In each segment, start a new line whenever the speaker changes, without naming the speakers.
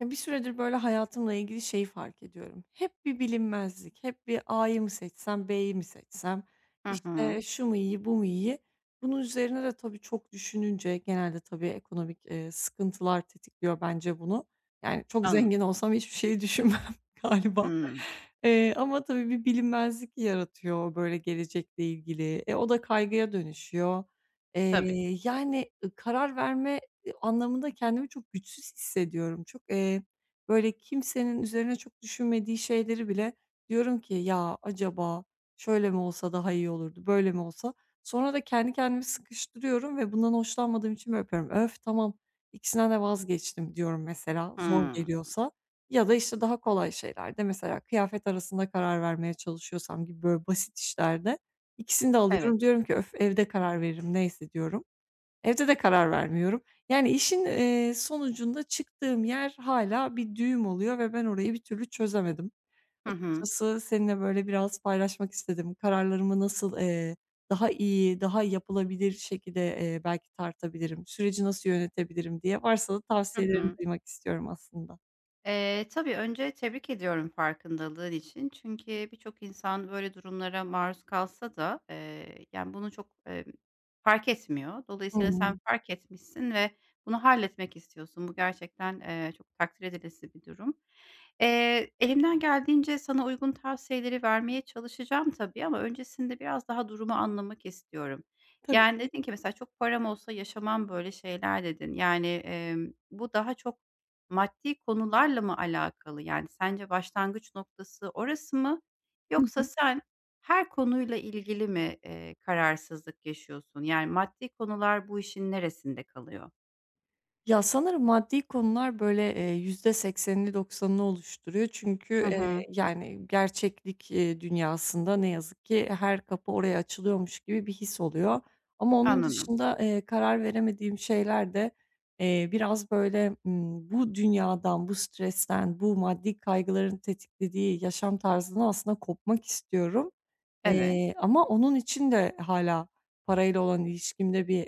Ya, bir süredir, böyle, hayatımla ilgili şeyi fark ediyorum. Hep bir bilinmezlik, hep bir A'yı mı seçsem, B'yi mi seçsem,
Hı hı.
işte, şu mu iyi, bu mu iyi? Bunun üzerine de tabii çok düşününce genelde tabii ekonomik sıkıntılar tetikliyor bence bunu. Yani, çok
Anladım.
zengin olsam hiçbir şey düşünmem galiba.
Hımm.
Ama tabii bir bilinmezlik yaratıyor, böyle, gelecekle ilgili. E, o da kaygıya dönüşüyor.
Tabii.
Yani, karar verme anlamında kendimi çok güçsüz hissediyorum. Çok, böyle, kimsenin üzerine çok düşünmediği şeyleri bile diyorum ki, "Ya, acaba şöyle mi olsa daha iyi olurdu, böyle mi olsa?" Sonra da kendi kendimi sıkıştırıyorum ve bundan hoşlanmadığım için böyle yapıyorum. "Öf, tamam, ikisinden de vazgeçtim." diyorum mesela zor
Hımm.
geliyorsa. Ya da, işte, daha kolay şeylerde mesela kıyafet arasında karar vermeye çalışıyorsam gibi böyle basit işlerde ikisini de
Evet.
alıyorum. Diyorum ki, "Öf, evde karar veririm, neyse." diyorum. Evde de karar vermiyorum. Yani işin sonucunda çıktığım yer hâlâ bir düğüm oluyor ve ben orayı bir türlü çözemedim.
Hı hı.
Açıkçası seninle, böyle, biraz paylaşmak istedim. Kararlarımı nasıl daha iyi, daha yapılabilir şekilde, belki tartabilirim, süreci nasıl yönetebilirim diye varsa da
Hı
tavsiyelerini
hı.
duymak istiyorum aslında.
Tabii önce tebrik ediyorum farkındalığın için. Çünkü birçok insan böyle durumlara maruz kalsa da, yani, bunu çok, fark etmiyor. Dolayısıyla sen
Hımm.
fark etmişsin ve bunu halletmek istiyorsun. Bu gerçekten, çok takdir edilesi bir durum. Elimden geldiğince sana uygun tavsiyeleri vermeye çalışacağım tabii ama öncesinde biraz daha durumu anlamak istiyorum. Yani,
Tabii
dedin ki mesela, "Çok param olsa yaşamam böyle şeyler." dedin. Yani, bu daha çok maddi konularla mı alakalı? Yani sence başlangıç noktası orası mı yoksa
ki.
sen her konuyla ilgili mi, kararsızlık yaşıyorsun? Yani maddi konular bu işin neresinde kalıyor?
Ya, sanırım maddi konular, böyle, yüzde %80'ini, %90'ını oluşturuyor. Çünkü,
Hı hı.
eee, yani, gerçeklik dünyasında ne yazık ki her kapı oraya açılıyormuş gibi bir his oluyor. Ama onun
Anladım.
dışında, karar veremediğim şeyler de, biraz, böyle, bu dünyadan, bu stresten, bu maddi kaygıların tetiklediği yaşam tarzından aslında kopmak istiyorum.
Evet.
Ama onun için de hala parayla olan ilişkimde bir,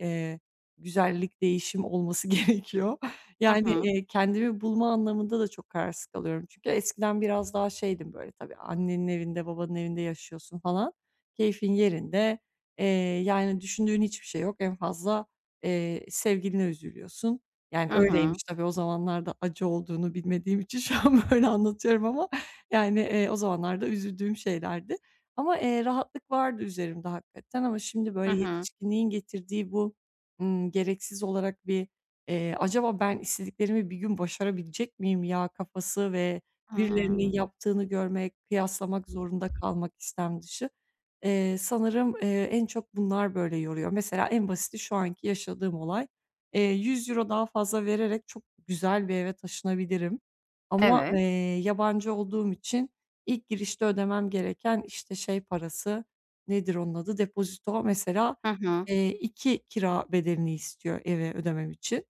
güzellik, değişim olması gerekiyor.
Hı
Yani,
hı.
eee, kendimi bulma anlamında da çok kararsız kalıyorum. Çünkü eskiden biraz daha şeydim, böyle, tabii annenin evinde, babanın evinde yaşıyorsun falan. Keyfin yerinde. Eee, yani, düşündüğün hiçbir şey yok. En fazla, sevgiline üzülüyorsun. Yani,
Hı hı.
öyleymiş tabii o zamanlarda acı olduğunu bilmediğim için şu an böyle anlatıyorum ama, yani, o zamanlarda üzüldüğüm şeylerdi. Ama rahatlık vardı üzerimde hakikaten ama şimdi,
Hı
böyle,
hı.
yetişkinliğin getirdiği bu gereksiz olarak bir, "Acaba ben istediklerimi bir gün başarabilecek miyim ya?" kafası ve birilerinin
Hımm.
yaptığını görmek, kıyaslamak zorunda kalmak istem dışı. Sanırım, en çok bunlar böyle yoruyor. Mesela en basiti şu anki yaşadığım olay. Yüz euro daha fazla vererek çok güzel bir eve taşınabilirim ama
Evet.
yabancı olduğum için ilk girişte ödemem gereken, işte, şey parası, nedir onun adı, depozito mesela
Hı hı.
2 kira bedelini istiyor eve ödemem için.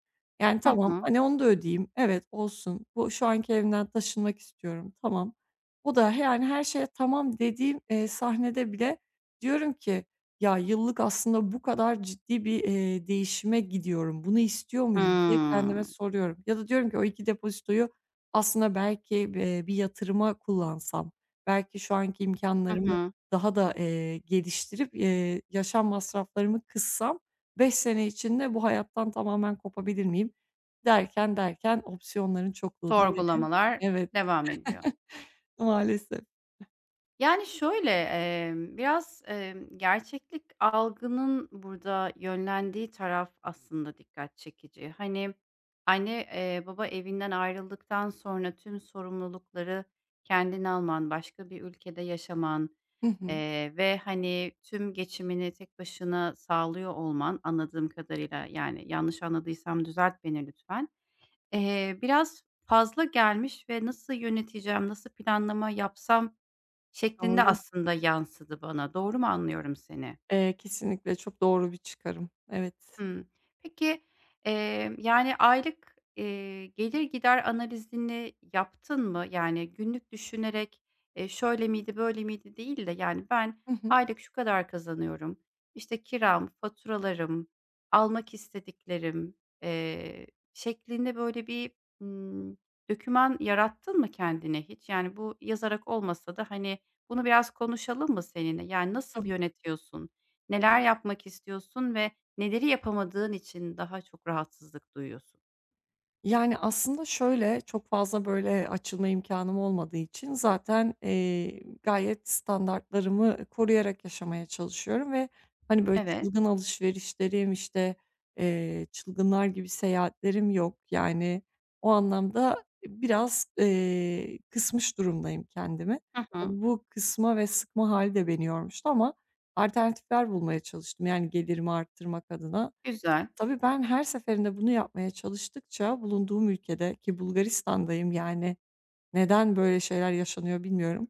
Yani,
Hı
tamam,
hı.
hani, onu da ödeyeyim. Evet, olsun. Bu şu anki evimden taşınmak istiyorum. Tamam. O da he yani, her şeye tamam dediğim, sahnede bile diyorum ki, "Ya, yıllık aslında bu kadar ciddi bir değişime gidiyorum. Bunu istiyor muyum?" diye kendime
Hımm.
soruyorum. Ya da diyorum ki, "O 2 depozitoyu aslında belki bir yatırıma kullansam, belki şu anki
Hı hı.
daha da geliştirip yaşam masraflarımı kıssam 5 sene içinde bu hayattan tamamen kopabilir miyim derken opsiyonların çokluğu da beni
Sorgulamalar
Evet,
devam ediyor.
maalesef.
Yani, şöyle, biraz, gerçeklik algının burada yönlendiği taraf aslında dikkat çekici. Hani, anne, baba evinden ayrıldıktan sonra tüm sorumlulukları kendine alman, başka bir ülkede yaşaman,
Hı hı.
ve, hani, tüm geçimini tek başına sağlıyor olman anladığım kadarıyla, yani, yanlış anladıysam düzelt beni lütfen. Biraz fazla gelmiş ve nasıl yöneteceğim, nasıl planlama yapsam şeklinde
Doğru.
aslında yansıdı bana. Doğru mu anlıyorum seni?
Kesinlikle çok doğru bir çıkarım. Evet.
Hımm. Peki, yani, aylık, gelir gider analizini yaptın mı? Yani, günlük düşünerek, şöyle miydi, böyle miydi değil de, yani, ben
Hı hı.
aylık şu kadar kazanıyorum, işte, kiram, faturalarım, almak istediklerim, eee, şeklinde böyle bir, ımm, doküman yarattın mı kendine hiç? Yani, bu yazarak olmasa da, hani, bunu biraz konuşalım mı seninle? Yani, nasıl
Tabii.
yönetiyorsun? Neler yapmak istiyorsun ve neleri yapamadığın için daha çok rahatsızlık duyuyorsun?
Yani, aslında şöyle, çok fazla, böyle, açılma imkanım olmadığı için zaten, gayet standartlarımı koruyarak yaşamaya çalışıyorum ve, hani, böyle,
Evet.
çılgın alışverişlerim, işte, çılgınlar gibi seyahatlerim yok. Yani, o anlamda biraz, kısmış durumdayım kendimi.
Hı hı.
Tabii bu kısma ve sıkma hali de beni yormuştu ama alternatifler bulmaya çalıştım, yani, gelirimi arttırmak adına.
Güzel.
Tabii ben her seferinde bunu yapmaya çalıştıkça bulunduğum ülkede ki Bulgaristan'dayım yani, neden böyle şeyler yaşanıyor bilmiyorum.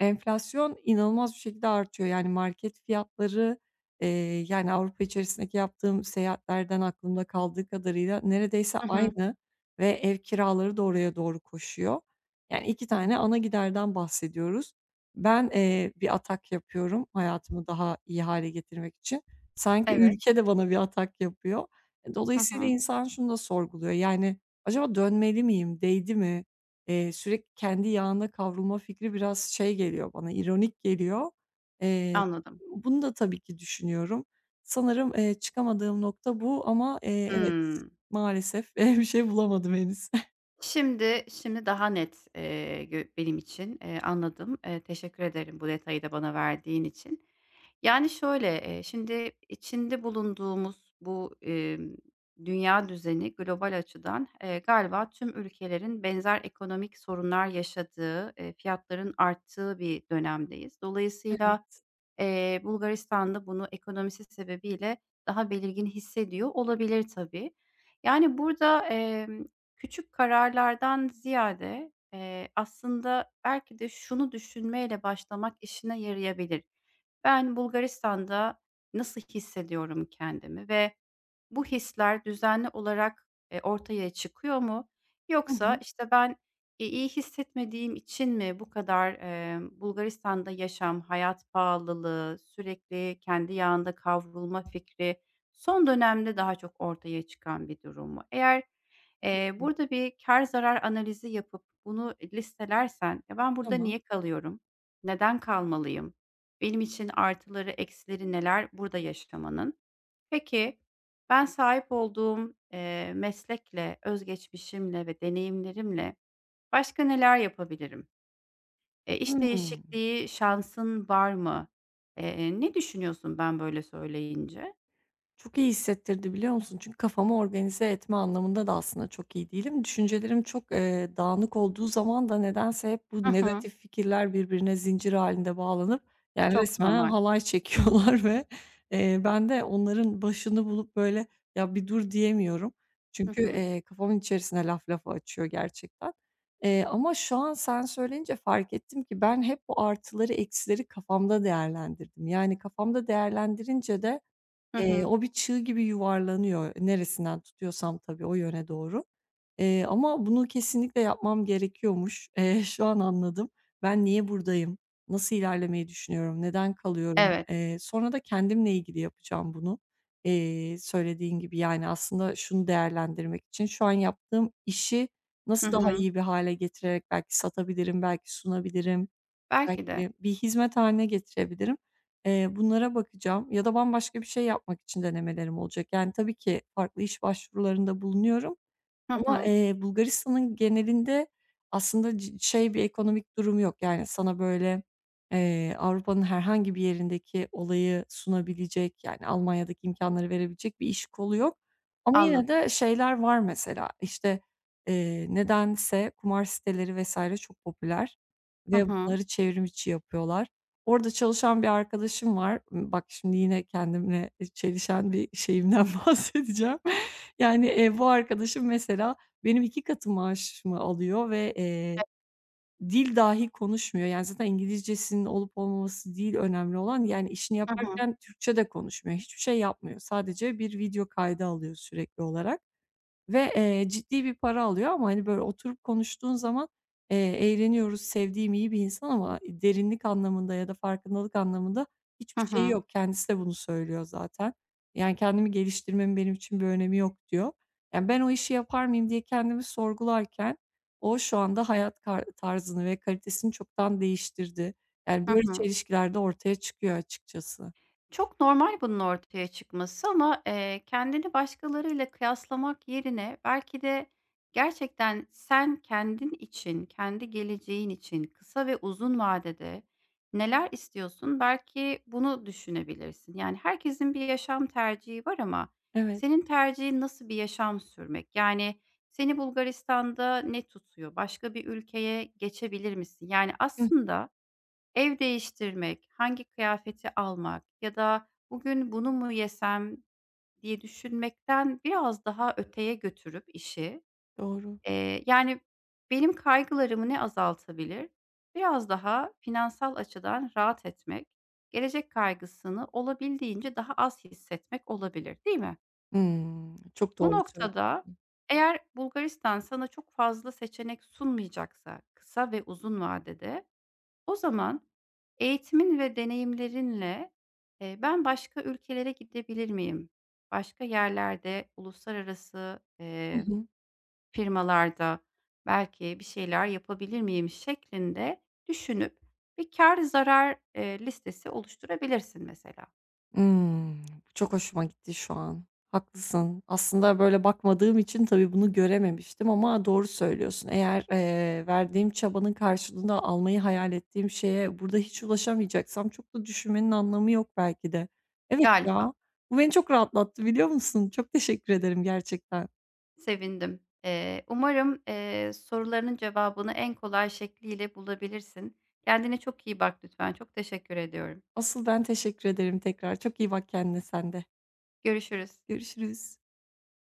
Enflasyon inanılmaz bir şekilde artıyor. Yani market fiyatları, eee, yani Avrupa içerisindeki yaptığım seyahatlerden aklımda kaldığı kadarıyla neredeyse
Hı hı.
aynı ve ev kiraları da oraya doğru koşuyor. Yani 2 tane ana giderden bahsediyoruz. Ben bir atak yapıyorum hayatımı daha iyi hale getirmek için. Sanki
Evet.
ülke de bana bir atak yapıyor. E,
Hı
dolayısıyla
hı.
insan şunu da sorguluyor, yani, "Acaba dönmeli miyim, değdi mi?" Sürekli kendi yağına kavrulma fikri biraz şey geliyor bana, ironik geliyor. Eee,
Anladım.
bunu da tabii ki düşünüyorum. Sanırım, çıkamadığım nokta bu ama evet,
Hımm.
maalesef, bir şey bulamadım henüz.
Şimdi daha net, gö benim için, anladım. Teşekkür ederim bu detayı da bana verdiğin için. Yani, şöyle, şimdi içinde bulunduğumuz bu, dünya düzeni global açıdan, galiba tüm ülkelerin benzer ekonomik sorunlar yaşadığı, fiyatların arttığı bir dönemdeyiz. Dolayısıyla
Evet.
Bulgaristan bunu ekonomisi sebebiyle daha belirgin hissediyor olabilir tabii. Yani, burada, küçük kararlardan ziyade, aslında belki de şunu düşünmeyle başlamak işine yarayabilir. Ben Bulgaristan'da nasıl hissediyorum kendimi ve bu hisler düzenli olarak, ortaya çıkıyor mu?
Hı
Yoksa,
hı.
işte, ben, iyi hissetmediğim için mi bu kadar, Bulgaristan'da yaşam, hayat pahalılığı, sürekli kendi yağında kavrulma fikri son dönemde daha çok ortaya çıkan bir durum mu? Eğer, burada bir kar zarar analizi yapıp bunu listelersen, "Ya, ben burada
Tamam.
niye kalıyorum? Neden kalmalıyım? Benim için artıları, eksileri neler burada yaşamanın?" Peki, ben sahip olduğum, meslekle, özgeçmişimle ve deneyimlerimle başka neler yapabilirim? İş
Hıı.
değişikliği şansın var mı? Ne düşünüyorsun ben böyle söyleyince?
Çok iyi hissettirdi biliyor musun? Çünkü kafamı organize etme anlamında da aslında çok iyi değilim. Düşüncelerim çok dağınık olduğu zaman da nedense hep
Hı
bu
hı.
negatif fikirler birbirine zincir halinde bağlanıp, yani,
Çok
resmen
normal.
halay çekiyorlar ve ben de onların başını bulup, böyle, ya, bir dur diyemiyorum.
Hı
Çünkü,
hı.
eee, kafamın içerisine laf lafı açıyor gerçekten. Ama şu an sen söyleyince fark ettim ki ben hep bu artıları eksileri kafamda değerlendirdim. Yani, kafamda değerlendirince de
Hı hı.
O bir çığ gibi yuvarlanıyor, neresinden tutuyorsam tabii o yöne doğru. Ama bunu kesinlikle yapmam gerekiyormuş. Şu an anladım. Ben niye buradayım? Nasıl ilerlemeyi düşünüyorum? Neden kalıyorum?
Evet.
Sonra da kendimle ilgili yapacağım bunu. Söylediğin gibi, yani, aslında şunu değerlendirmek için şu an yaptığım işi
Hı
nasıl daha
hı.
iyi bir hale getirerek belki satabilirim, belki sunabilirim?
Belki de.
Belki bir hizmet hâline getirebilirim. Bunlara bakacağım ya da bambaşka bir şey yapmak için denemelerim olacak. Yani, tabii ki farklı iş başvurularında bulunuyorum
Hı
ama,
hı.
eee, Bulgaristan'ın genelinde aslında şey bir ekonomik durum yok. Yani, sana böyle, Avrupa'nın herhangi bir yerindeki olayı sunabilecek, yani, Almanya'daki imkânları verebilecek bir iş kolu yok. Ama yine
Anladım.
de şeyler var mesela, işte, nedense kumar siteleri vs. çok popüler
Hı
ve
hı.
bunları çevrim içi yapıyorlar. Orada çalışan bir arkadaşım var. Bak şimdi yine kendimle çelişen bir şeyimden bahsedeceğim. Yani, bu arkadaşım mesela benim 2 katı maaşımı alıyor ve
E.
dil dahi konuşmuyor. Yani, zaten İngilizcesinin olup olmaması değil önemli olan, yani, işini
Hı hı.
yaparken Türkçe de konuşmuyor. Hiçbir şey yapmıyor. Sadece bir video kaydı alıyor sürekli olarak. Ve ciddi bir para alıyor ama, hani, böyle, oturup konuştuğun zaman, eğleniyoruz, sevdiğim iyi bir insan ama derinlik anlamında ya da farkındalık anlamında hiçbir
Hı
şeyi
hı.
yok. Kendisi de bunu söylüyor zaten. Yani, kendimi geliştirmemin benim için bir önemi yok diyor. Yani, ben o işi yapar mıyım diye kendimi sorgularken o şu anda hayat kar tarzını ve kalitesini çoktan değiştirdi. Yani,
Hı
böyle
hı.
çelişkiler de ortaya çıkıyor açıkçası.
Çok normal bunun ortaya çıkması ama, kendini başkalarıyla kıyaslamak yerine belki de gerçekten sen kendin için, kendi geleceğin için kısa ve uzun vadede neler istiyorsun? Belki bunu düşünebilirsin. Yani, herkesin bir yaşam tercihi var ama
Evet.
senin tercihin nasıl bir yaşam sürmek? Yani, seni Bulgaristan'da ne tutuyor? Başka bir ülkeye geçebilir misin? Yani,
Hıh,
aslında ev değiştirmek, hangi kıyafeti almak ya da "Bugün bunu mu yesem?" diye düşünmekten biraz daha öteye götürüp işi,
doğru.
yani, benim kaygılarımı ne azaltabilir? Biraz daha finansal açıdan rahat etmek, gelecek kaygısını olabildiğince daha az hissetmek olabilir, değil mi?
Hımm, çok
Bu
doğru
noktada
söylüyorsun.
eğer Bulgaristan sana çok fazla seçenek sunmayacaksa kısa ve uzun vadede o zaman eğitimin ve deneyimlerinle, ben başka ülkelere gidebilir miyim? Başka yerlerde, uluslararası,
Hı hı.
firmalarda belki bir şeyler yapabilir miyim şeklinde düşünüp bir kar zarar, listesi oluşturabilirsin mesela.
Imm, çok hoşuma gitti şu an. Haklısın. Aslında böyle bakmadığım için tabii bunu görememiştim ama doğru söylüyorsun. Eğer verdiğim çabanın karşılığında almayı hayal ettiğim şeye burada hiç ulaşamayacaksam çok da düşünmenin anlamı yok belki de. Evet ya,
Galiba.
bu beni çok rahatlattı biliyor musun? Çok teşekkür ederim gerçekten.
Sevindim. Umarım, sorularının cevabını en kolay şekliyle bulabilirsin. Kendine çok iyi bak lütfen. Çok teşekkür ediyorum.
Asıl ben teşekkür ederim tekrar. Çok iyi bak kendine sen de.
Görüşürüz.
Görüşürüz.